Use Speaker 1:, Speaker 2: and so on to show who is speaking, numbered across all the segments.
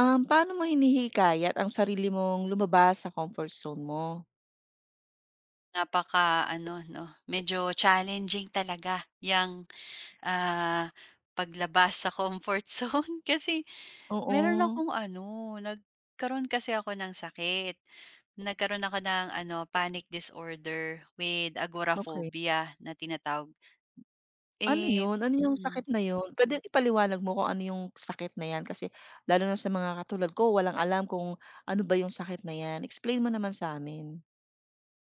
Speaker 1: Paano mo hinihikayat ang sarili mong lumabas sa comfort zone mo?
Speaker 2: Napaka-ano 'no, medyo challenging talaga yang, ah, paglabas sa comfort zone kasi meron
Speaker 1: Oo,
Speaker 2: akong ano, nagkaroon kasi ako ng sakit. Nagkaroon ako ng ano, panic disorder with
Speaker 1: okey.
Speaker 2: agoraphobia na tinatawag.
Speaker 1: Ano
Speaker 2: Eh
Speaker 1: yun? Ano yung
Speaker 2: mm.
Speaker 1: sakit na yun? Puwedeng ipaliwanag mo kung ano yung sakit na yan kasi lalo na sa mga katulad ko walang alam kung ano ba yung sakit na yan. Explain mo naman sa'min.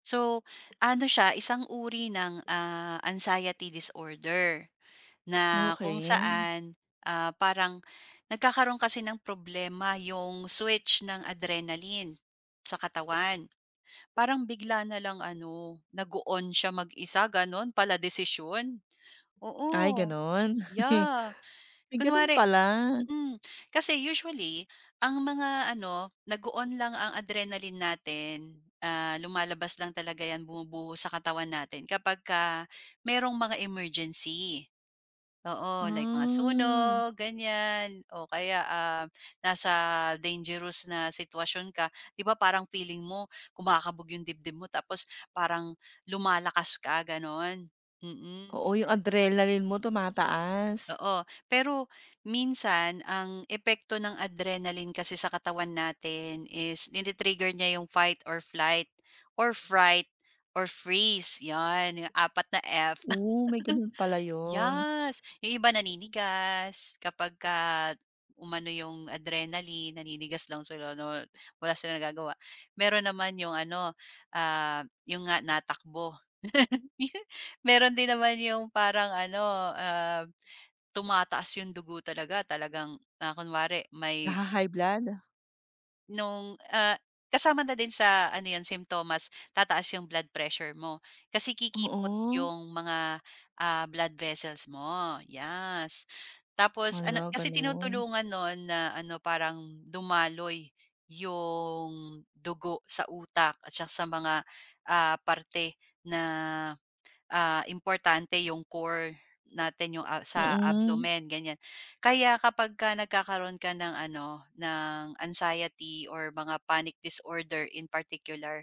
Speaker 2: So ano siya, isang uri ng, anxiety disorder. Na kung
Speaker 1: Okey.
Speaker 2: saan, parang nagkakaroon kasi ng problema yung switch ng adrenaline sa katawan. Parang bigla na lang ano, nag on siya mag-isa, gano'n pala desisyon.
Speaker 1: Ay
Speaker 2: Oo,
Speaker 1: gano'n?
Speaker 2: yeah.
Speaker 1: May gano'n
Speaker 2: Kunwari
Speaker 1: pala.
Speaker 2: mm. Kasi usually ang mga ano, nag on lang ang adrenaline natin, lumalabas lang talaga 'yan, bumubuhos sa katawan natin kapag ka merong mga emergency. Oo, like mga
Speaker 1: Ah,
Speaker 2: sunog, ganyan o kaya, nasa dangerous na sitwasyon ka, 'di ba parang feeling mo kumakabog yung dibdib mo tapos parang lumalakas ka gano'n? Mm,
Speaker 1: oo yung adrenaline mo tumataas.
Speaker 2: oo. Pero minsan ang epekto ng adrenaline kasi sa katawan natin is nini-trigger niya yung fight or flight or fright or freeze, 'yan yung apat na F.
Speaker 1: Oh, may gano'n pala yun.
Speaker 2: Yes, yung iba naninigas kapagka umano yung adrenaline, naninigas lang sila 'no, wala silang nagagawa. Meron naman yung ano, yung nga natakbo. Meron din naman yung parang ano, ah, tumataas yung dugo talaga, talagang, kunwari may
Speaker 1: Naha-high blood?
Speaker 2: Nung, kasama na din sa ano 'yun simptomas, tataas 'yung blood pressure mo. Kasi kikipot
Speaker 1: Oo.
Speaker 2: 'yung mga, blood vessels mo, yes. Tapos ano
Speaker 1: Hala,
Speaker 2: kasi
Speaker 1: gano'n.
Speaker 2: tinutulungan nun na ano parang dumaloy 'yung dugo sa utak at saka sa mga, parte na importante yung core natin, yung, sa
Speaker 1: Mm,
Speaker 2: abdomen ganyan. Kaya kapagka nagkakaroon ka ng ano, ng anxiety or mga panic disorder in particular,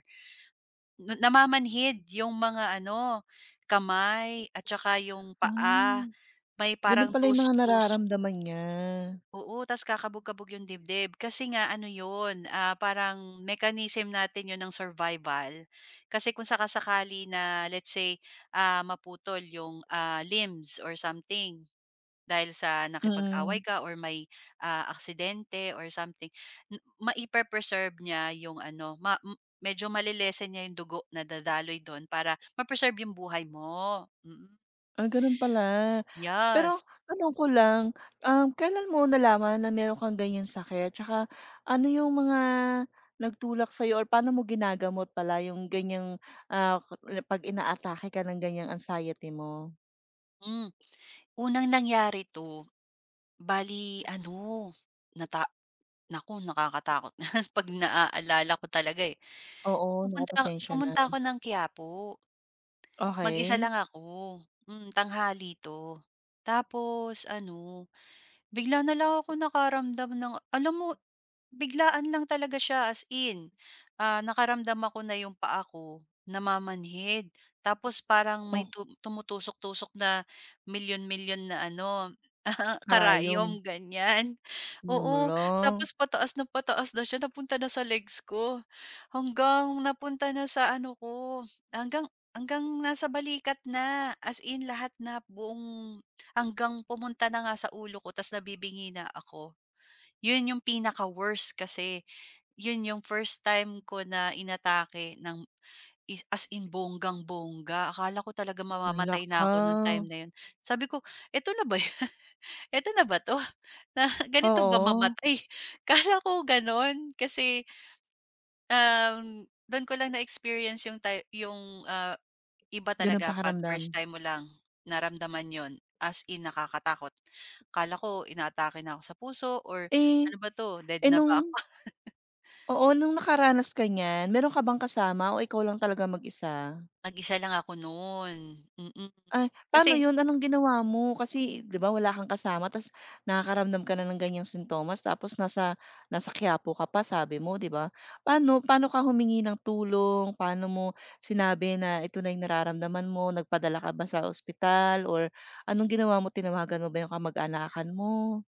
Speaker 2: na namamanhid yung mga ano, kamay at saka yung paa,
Speaker 1: hmm,
Speaker 2: may
Speaker 1: gano'n
Speaker 2: parang
Speaker 1: pala yung mga
Speaker 2: tusok-tusok.
Speaker 1: nararamdaman niya.
Speaker 2: Oo, tas kakabog-kabog yung dibdib kasi nga ano yun, parang mechanism natin yun ng survival. Kasi kung saka-sakali na let's say, maputol yung, limbs or something dahil sa
Speaker 1: Mm,
Speaker 2: nakipag-away ka or may, aksidente or something, n maipe-preserve niya yung ano, ma m medyo malelesen niya yung dugo na dadaloy dun para ma-preserve yung buhay mo. Mm,
Speaker 1: ah, gano'n pala. Pero
Speaker 2: yes.
Speaker 1: tanong ko lang, kailan mo nalaman na meron kang ganyang sakit? Tsaka ano yung mga nagtulak sa'yo or paano mo ginagamot pala yung ganyang, pag inaatake ka ng ganyang anxiety mo?
Speaker 2: Hmm. Unang nangyari 'to bali ano, nata naku nakakatakot na 'pag naaalala ko talaga, eh.
Speaker 1: Oo,
Speaker 2: pumunta
Speaker 1: naku na.
Speaker 2: pumunta ako ng Quiapo, mag-isa
Speaker 1: Okey.
Speaker 2: lang ako, tanghali 'to. Tapos ano, bigla na lang ako nakaramdam ng alam mo. Biglaan lang talaga siya as in, nakaramdam ako na yung paa ko namamanhid tapos parang may
Speaker 1: Oh,
Speaker 2: tumutusok-tusok na milyon-milyon na ano,
Speaker 1: karayom.
Speaker 2: karayom ganyan. Oo,
Speaker 1: Hala,
Speaker 2: tapos pataas na siya napunta na sa legs ko, hanggang napunta na sa ano ko, hanggang hanggang nasa balikat na, as in lahat na buong hanggang pumunta na nga sa ulo ko ta's nabibingi na ako. Yun yung pinaka-worst kasi yun yung first time ko na inatake ng is as in bonggang-bongga. Akala ko talaga
Speaker 1: ang
Speaker 2: mamamatay na
Speaker 1: laka.
Speaker 2: ako nung time na yun. Sabi ko, "Eto na ba yan? Eto na ba 'to? Na ganito ba
Speaker 1: Oo,
Speaker 2: mamatay?" Akala ko gano'n kasi, dun ko lang na-experience yung yung, iba
Speaker 1: gano'ng
Speaker 2: talaga 'pag
Speaker 1: pakiramdam.
Speaker 2: first time mo lang naramdaman yun, as in nakakatakot. Akala ko inaatake na ako sa puso or
Speaker 1: Eh.
Speaker 2: ano ba 'to, dead
Speaker 1: Eh,
Speaker 2: na ba
Speaker 1: nung
Speaker 2: ako?
Speaker 1: Oo, nung nakaranas ka niyan, meron ka bang kasama o ikaw lang talaga mag-isa?
Speaker 2: Mag-isa lang ako no'n, mm.
Speaker 1: Ay, paano
Speaker 2: Kasi
Speaker 1: yun? Anong ginawa mo? Kasi 'di ba wala kang kasama ta's nakakaramdam ka na ng ganyang sintomas tapos nasa nasa Quiapo ka pa sabi mo, 'di ba? Paano paano ka humingi ng tulong? Paano mo sinabi na ito na yung nararamdaman mo? Nagpadala ka ba sa ospital or anong ginawa mo? Tinawagan mo ba yung kamag-anakan mo?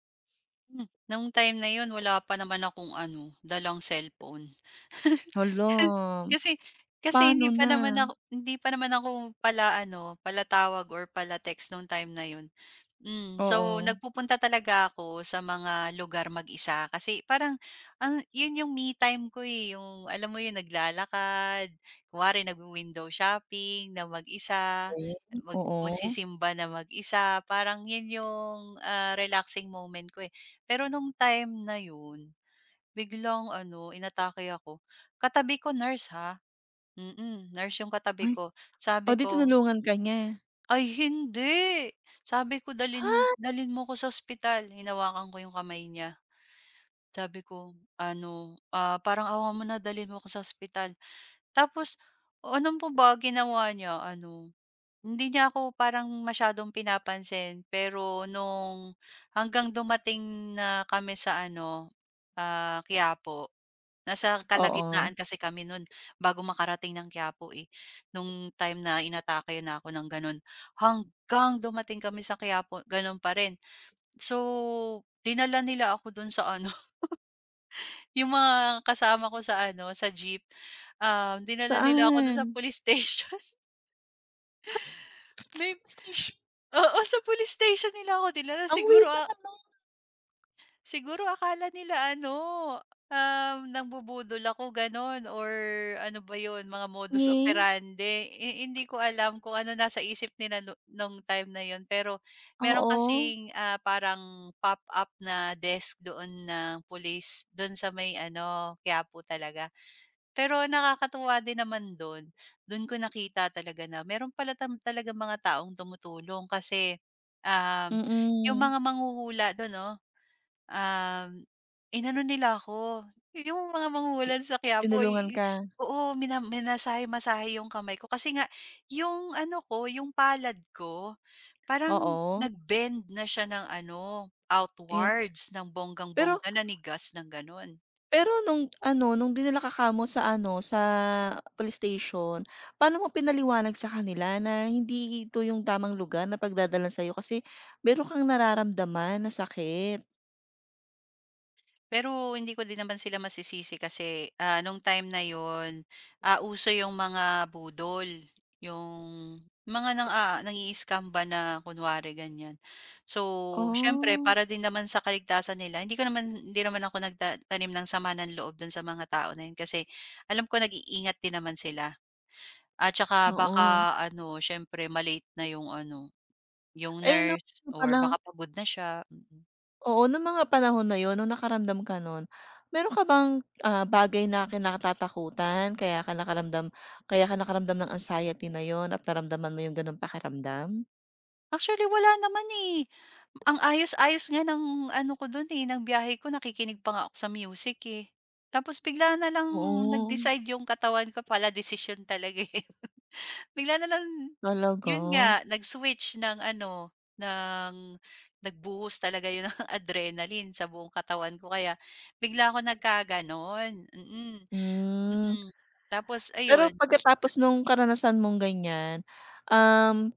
Speaker 2: hmm, nung time na 'yun wala pa naman akong ano, dalang cellphone.
Speaker 1: Hala,
Speaker 2: Kasi kasi
Speaker 1: paano
Speaker 2: hindi pa naman
Speaker 1: na?
Speaker 2: ako hindi pa naman ako pala ano, pala tawag or pala text nung time na 'yun. So
Speaker 1: Oo.
Speaker 2: nagpupunta talaga ako sa mga lugar mag-isa kasi parang ang 'yun yung me time ko, eh, yung alam mo 'yun naglalakad, kunwari nagwi-window shopping na mag-isa,
Speaker 1: Ayun, oo.
Speaker 2: magsisimba na mag-isa, parang 'yun yung, relaxing moment ko, eh. Pero nung time na 'yun, biglang ano inatake ako, katabi ko nurse, ha, nurse yung katabi
Speaker 1: Ay.
Speaker 2: ko. Sabi
Speaker 1: Oh, 'di
Speaker 2: ko
Speaker 1: tinulungan ka niya?
Speaker 2: ay hindi. Sabi ko, dalin
Speaker 1: Ha?
Speaker 2: dalin mo ko sa ospital." Hinawakan ko yung kamay niya. Sabi ko ano, parang, "Awa mo na, dalin mo ko sa ospital." Tapos alam mo ba ginawa niya ano, hindi niya ako parang masyadong pinapansin, pero nung hanggang dumating na kami sa ano, Quiapo. Nasa
Speaker 1: Oo.
Speaker 2: kalagitnaan kasi kami nun bago makarating ng Quiapo, eh. Nung time na inatake na ako ng gano'n, hanggang dumating kami sa Quiapo gano'n pa rin. So, dinala nila ako dun sa ano, yung mga kasama ko sa ano, sa jeep, dinala nila ako dun
Speaker 1: Saan?
Speaker 2: sa police station.
Speaker 1: Sa
Speaker 2: May
Speaker 1: police station.
Speaker 2: oo, sa police station nila ako dinala
Speaker 1: Ang
Speaker 2: siguro.
Speaker 1: weird naman nun.
Speaker 2: Siguro akala nila ano, nangbubudol ako gano'n or ano ba 'yun, mga modus
Speaker 1: Ngi.
Speaker 2: operandi. Hindi ko alam kung ano nasa isip nila nung time na 'yun. Pero meron
Speaker 1: Oo,
Speaker 2: kasing, parang pop-up na desk doon ng police do'n sa may ano, Quiapo talaga. Pero nakakatuwa din naman do'n, do'n ko nakita talaga na meron pala talagang mga taong tumutulong kasi, um, yung
Speaker 1: mm.
Speaker 2: mga manghuhula do'n 'no. Um, inano nila ako, yung mga
Speaker 1: Ti
Speaker 2: manghuhulas sa Quiapo
Speaker 1: tinulungan ka?
Speaker 2: oo, minasahe-masahe yung kamay ko kasi nga yung ano ko, yung palad ko parang
Speaker 1: Oo,
Speaker 2: nag-bend na siya ng ano,
Speaker 1: ayan.
Speaker 2: outwards ng
Speaker 1: Pero
Speaker 2: bonggang-bongga, nanigas ng gano'n.
Speaker 1: pero nung ano, nung dinala ka kamo sa ano, sa police station, paano mo pinaliwanag sa kanila na hindi ito yung tamang lugar na pagdadalhan sa'yo kasi meron kang nararamdaman na sakit?
Speaker 2: Pero hindi ko din naman sila masisisi kasi, nung time na yon uso yung mga budol, yung mga nang scam ba na kunwari ganyan. So, siyempre
Speaker 1: Oh,
Speaker 2: para din naman sa kaligtasan nila, hindi naman ako nagtanim ng sama ng loob dun sa mga tao na yun kasi alam ko nag-iingat din naman sila. At saka
Speaker 1: oo.
Speaker 2: baka ano, siyempre na yung ano, yung
Speaker 1: Eh, nung
Speaker 2: nurse
Speaker 1: ano
Speaker 2: or
Speaker 1: pala.
Speaker 2: baka pagod na siya, mm. Mm.
Speaker 1: Oo, nung mga panahon na yun, nung nakaramdam ka nun, meron ka bang, bagay na kinatatakutan kaya ka nakaramdam ng anxiety na yun at naramdaman mo yung ganong pakiramdam?
Speaker 2: Actually wala naman, eh. Ang ayos-ayos nga ng ano ko dun, eh, ng biyahe ko nakikinig pa nga ako sa music, eh. Tapos bigla na lang
Speaker 1: Oo,
Speaker 2: nag-decide yung katawan ko pala desisyon talaga, eh. Bigla na lang
Speaker 1: talaga?
Speaker 2: yun nga nag-switch ng ano, ng nagbuhos talaga yun ng adrenaline sa buong katawan ko kaya bigla ako nagkaganon, mm.
Speaker 1: Hmm.
Speaker 2: Mm. Tapos
Speaker 1: Pero
Speaker 2: ayun.
Speaker 1: pagkatapos nung karanasan mong ganyan, um,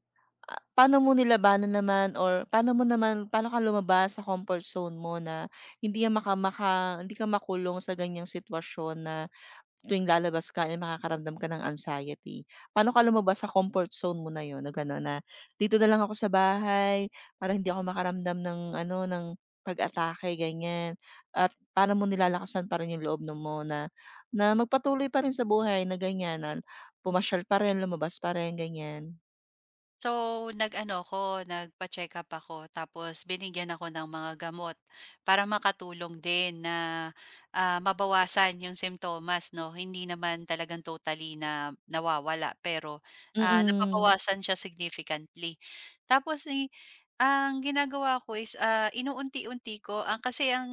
Speaker 1: paano mo nilabanan naman or paano mo naman paano ka lumabas sa comfort zone mo na hindi yan maka maka hindi ka makulong sa ganyang sitwasyon na tuwing lalabas ka, eh, makakaramdam ka ng anxiety. Paano ka lumabas sa comfort zone mo na yon, na gano'n na, "Dito na lang ako sa bahay para hindi ako makaramdam ng ano, ng pag-atake," ganyan. At paano mo nilalakasan pa rin yung loob na mo na na magpatuloy pa rin sa buhay na ganyan na pumasyal pa rin, lumabas pa rin, ganyan?
Speaker 2: So, nag-ano ako, nagpa-check up ako tapos binigyan ako ng mga gamot para makatulong din na, mabawasan yung simptomas 'no. Hindi naman talagang totally na nawawala pero,
Speaker 1: Mm.
Speaker 2: napabawasan siya significantly. Tapos, eh, ang ginagawa ko is, inuunti-unti ko ang kasi ang,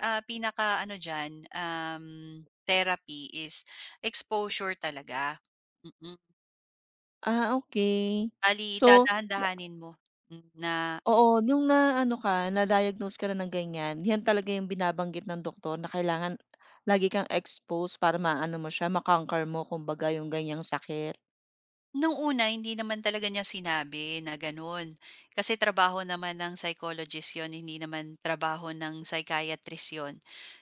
Speaker 2: pinaka ano diyan, therapy is exposure talaga, mm.
Speaker 1: Ah, okay.
Speaker 2: Bale
Speaker 1: So,
Speaker 2: dadahan-dahanin mo na
Speaker 1: oo, nung na-ano ka, na-diagnose ka na ng ganyan, 'yan talaga yung binabanggit ng doktor na kailangan lagi kang exposed para maano mo siya, ma-conquer mo kumbaga yung ganyang sakit.
Speaker 2: nung una hindi naman talaga niya sinabi na gano'n. Kasi trabaho naman ng psychologist 'yon, hindi naman trabaho ng psychiatrist 'yon.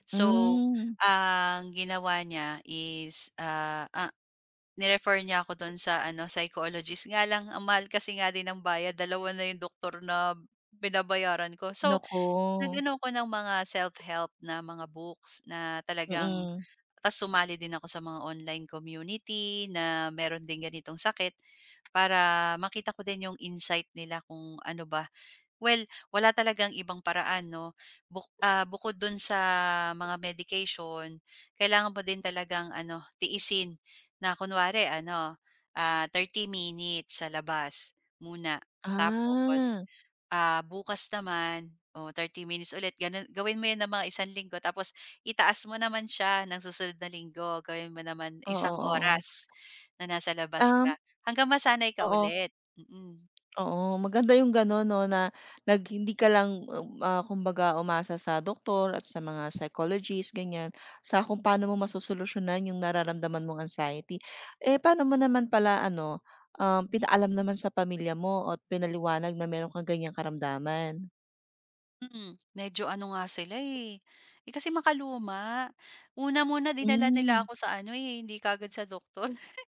Speaker 2: So,
Speaker 1: Hmm,
Speaker 2: ang ginawa niya is, ni niya ako do'n sa ano, psychologist. Nga lang ang mahal kasi nga din ng bayad, dalawa na 'yung doktor na binabayaran ko. So
Speaker 1: naku,
Speaker 2: nag-ano ako ng mga self-help na mga books na talagang
Speaker 1: mm.
Speaker 2: ta's sumali din ako sa mga online community na meron din ganitong sakit para makita ko din yung insight nila kung ano ba. Well, wala talagang ibang paraan 'no, bukod dun sa mga medication, kailangan mo din talagang ano, tiisin na kunwari ano, 30 minutes sa labas muna tapos
Speaker 1: Ah,
Speaker 2: Bukas naman, o 30 minutes ulit gano'n. Gawin mo 'yan ng mga isang linggo tapos itaas mo naman siya ng susunod na linggo, gawin mo naman
Speaker 1: oo,
Speaker 2: isang
Speaker 1: oo.
Speaker 2: oras na nasa labas ka,
Speaker 1: Um,
Speaker 2: hanggang masanay ka
Speaker 1: oo.
Speaker 2: ulit, mm.
Speaker 1: Oo, maganda yung gano'n 'no, na nag hindi ka lang, kumbaga umasa sa doktor at sa mga psychologist ganyan, sa kung paano mo masosolusyunan yung nararamdaman mong anxiety. Eh, paano mo naman pala ano, pinaalam naman sa pamilya mo at pinaliwanag na meron kang ganyang karamdaman?
Speaker 2: Mm, medyo ano nga sila, eh, kasi makaluma. Una muna dinala nila
Speaker 1: Hmm,
Speaker 2: ako sa ano, eh, hindi kaagad sa doktor,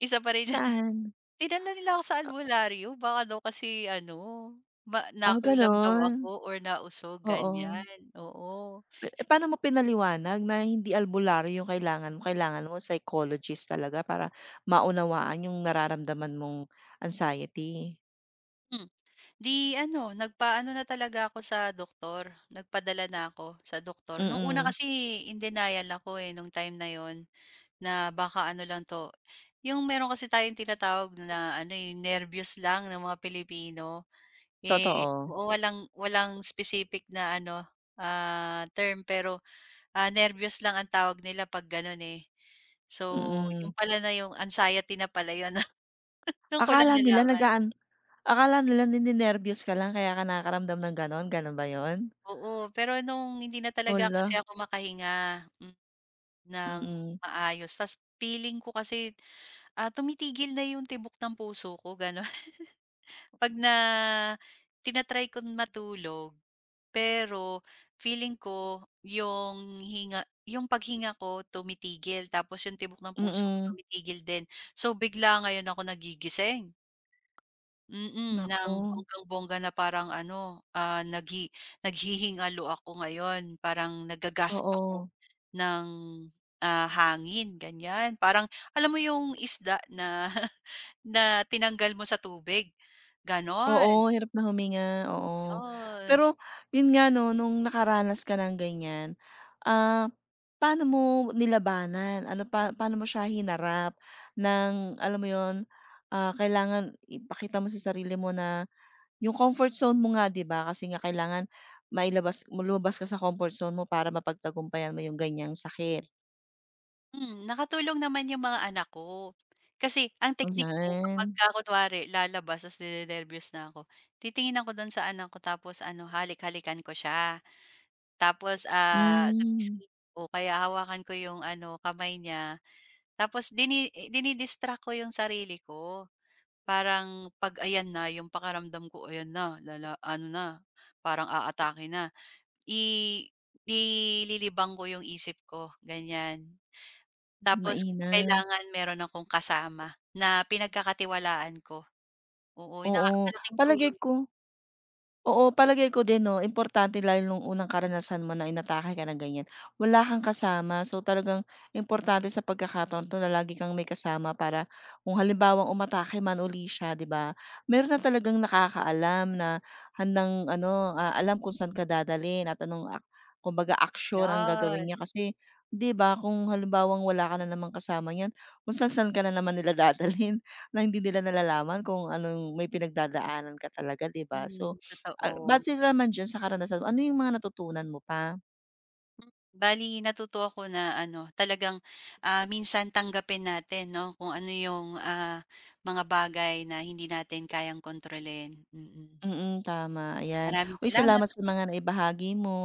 Speaker 2: isa pa rin
Speaker 1: saan?
Speaker 2: dinala nila ako sa albularyo baka daw kasi ano,
Speaker 1: Ah,
Speaker 2: nakulam daw
Speaker 1: gano'n?
Speaker 2: ako or nausog,
Speaker 1: Oo.
Speaker 2: ganyan, oo.
Speaker 1: Eh, paano mo pinaliwanag na hindi albularyo yung kailangan mo psychologist talaga para maunawaan yung nararamdaman mong anxiety?
Speaker 2: Hmm. 'Di ano, nagpaano na talaga ako sa doktor, nagpadala na ako sa doktor. Nung una
Speaker 1: Mm,
Speaker 2: kasi in denial ako, eh, nung time na yon na baka ano lang 'to, yung meron kasi tayong tinatawag na ano, eh, nervyos lang ng mga Pilipino. Eh,
Speaker 1: totoo,
Speaker 2: oo, walang walang specific na ano, term pero, nervous lang ang tawag nila 'pag gano'n, eh. So, yung
Speaker 1: mm.
Speaker 2: pala na yung anxiety na pala yun. Dun ko lang
Speaker 1: Akala nila
Speaker 2: nalaman.
Speaker 1: nagaan, akala nila ninenerbiyos ka lang kaya ka nakakaramdam ng gano'n, gano'n ba 'yun?
Speaker 2: Oo, pero nung hindi na talaga kasi
Speaker 1: Hala,
Speaker 2: ako makahinga, ng
Speaker 1: mm,
Speaker 2: maayos ta's feeling ko kasi, tumitigil na yung tibok ng puso ko gano'n. 'Pag na tina-try ko matulog, pero feeling ko yung paghinga ko tumitigil tapos yung tibok ng puso ko
Speaker 1: mm.
Speaker 2: tumitigil din. So, bigla ngayon ako nagigising. Mm, ng
Speaker 1: Naku,
Speaker 2: bonggang-bongga na parang ano, naghihingalo ako ngayon, parang nagga-gasp ako
Speaker 1: oo.
Speaker 2: ng, hangin ganyan. Parang alam mo yung isda na na tinanggal mo sa tubig, gano'n,
Speaker 1: Oo, hirap na huminga, oo.
Speaker 2: yes.
Speaker 1: Pero yun nga 'no, nung nakaranas ka ng ganyan, ah, paano mo nilabanan? Ano pa paano mo siya hinarap ng alam mo yun, kailangan ipakita mo sa sarili mo na yung comfort zone mo nga 'di ba, kasi nga kailangan mailabas lumabas ka sa comfort zone mo para mapagtagumpayan mo yung ganyang sakit,
Speaker 2: Nakatulong naman yung mga anak ko. Kasi ang teknik ko
Speaker 1: ayan.
Speaker 2: kapagka kunwari lalabas ta's ninenerbiyos na ako, titingin ako do'n sa anak ko tapos ano halik-halikan ko siya. Tapos, sa
Speaker 1: Hmm,
Speaker 2: biscuit o kaya hawakan ko yung ano, kamay niya. Tapos dini-distract ko yung sarili ko. Parang 'pag ayan na, yung pakaramdam ko ayan na, ano na, parang aatake na, i nililibang ko yung isip ko, ganyan. Tapos
Speaker 1: mainam,
Speaker 2: kailangan meron akong kasama na pinagkakatiwalaan ko. Oo, na
Speaker 1: oo.
Speaker 2: malaking
Speaker 1: Palagay
Speaker 2: tulong,
Speaker 1: ko, oo, palagay ko din 'no, importante lalo nung unang karanasan mo na inatake ka ng ganyan, wala kang kasama. So, talagang importante sa pagkakataon 'to na lagi kang may kasama para kung halimbawang umatake man uli siya, 'di ba, meron na talagang nakakaalam na handang ano, alam kung saan ka dadalhin at anong ak kumbaga action ang
Speaker 2: yes.
Speaker 1: gagawin niya. Kasi 'di ba, kung halimbawang wala ka na namang kasama niyan, kung saan-saan ka na naman nila dadalhin na hindi nila nalalaman kung anong may pinagdadaanan ka talaga, 'di ba?
Speaker 2: Mm,
Speaker 1: So, ah,
Speaker 2: totoo.
Speaker 1: base naman diyan sa karanasan mo, ano yung mga natutunan mo pa?
Speaker 2: Bale natuto ako na ano, talagang, minsan tanggapin natin 'no, kung ano yung, mga bagay na hindi natin kayang kontrolin, mm. Mm.
Speaker 1: Mm, tama, ayan.
Speaker 2: Maraming
Speaker 1: Uy,
Speaker 2: salamat.
Speaker 1: salamat sa mga naibahagi mo.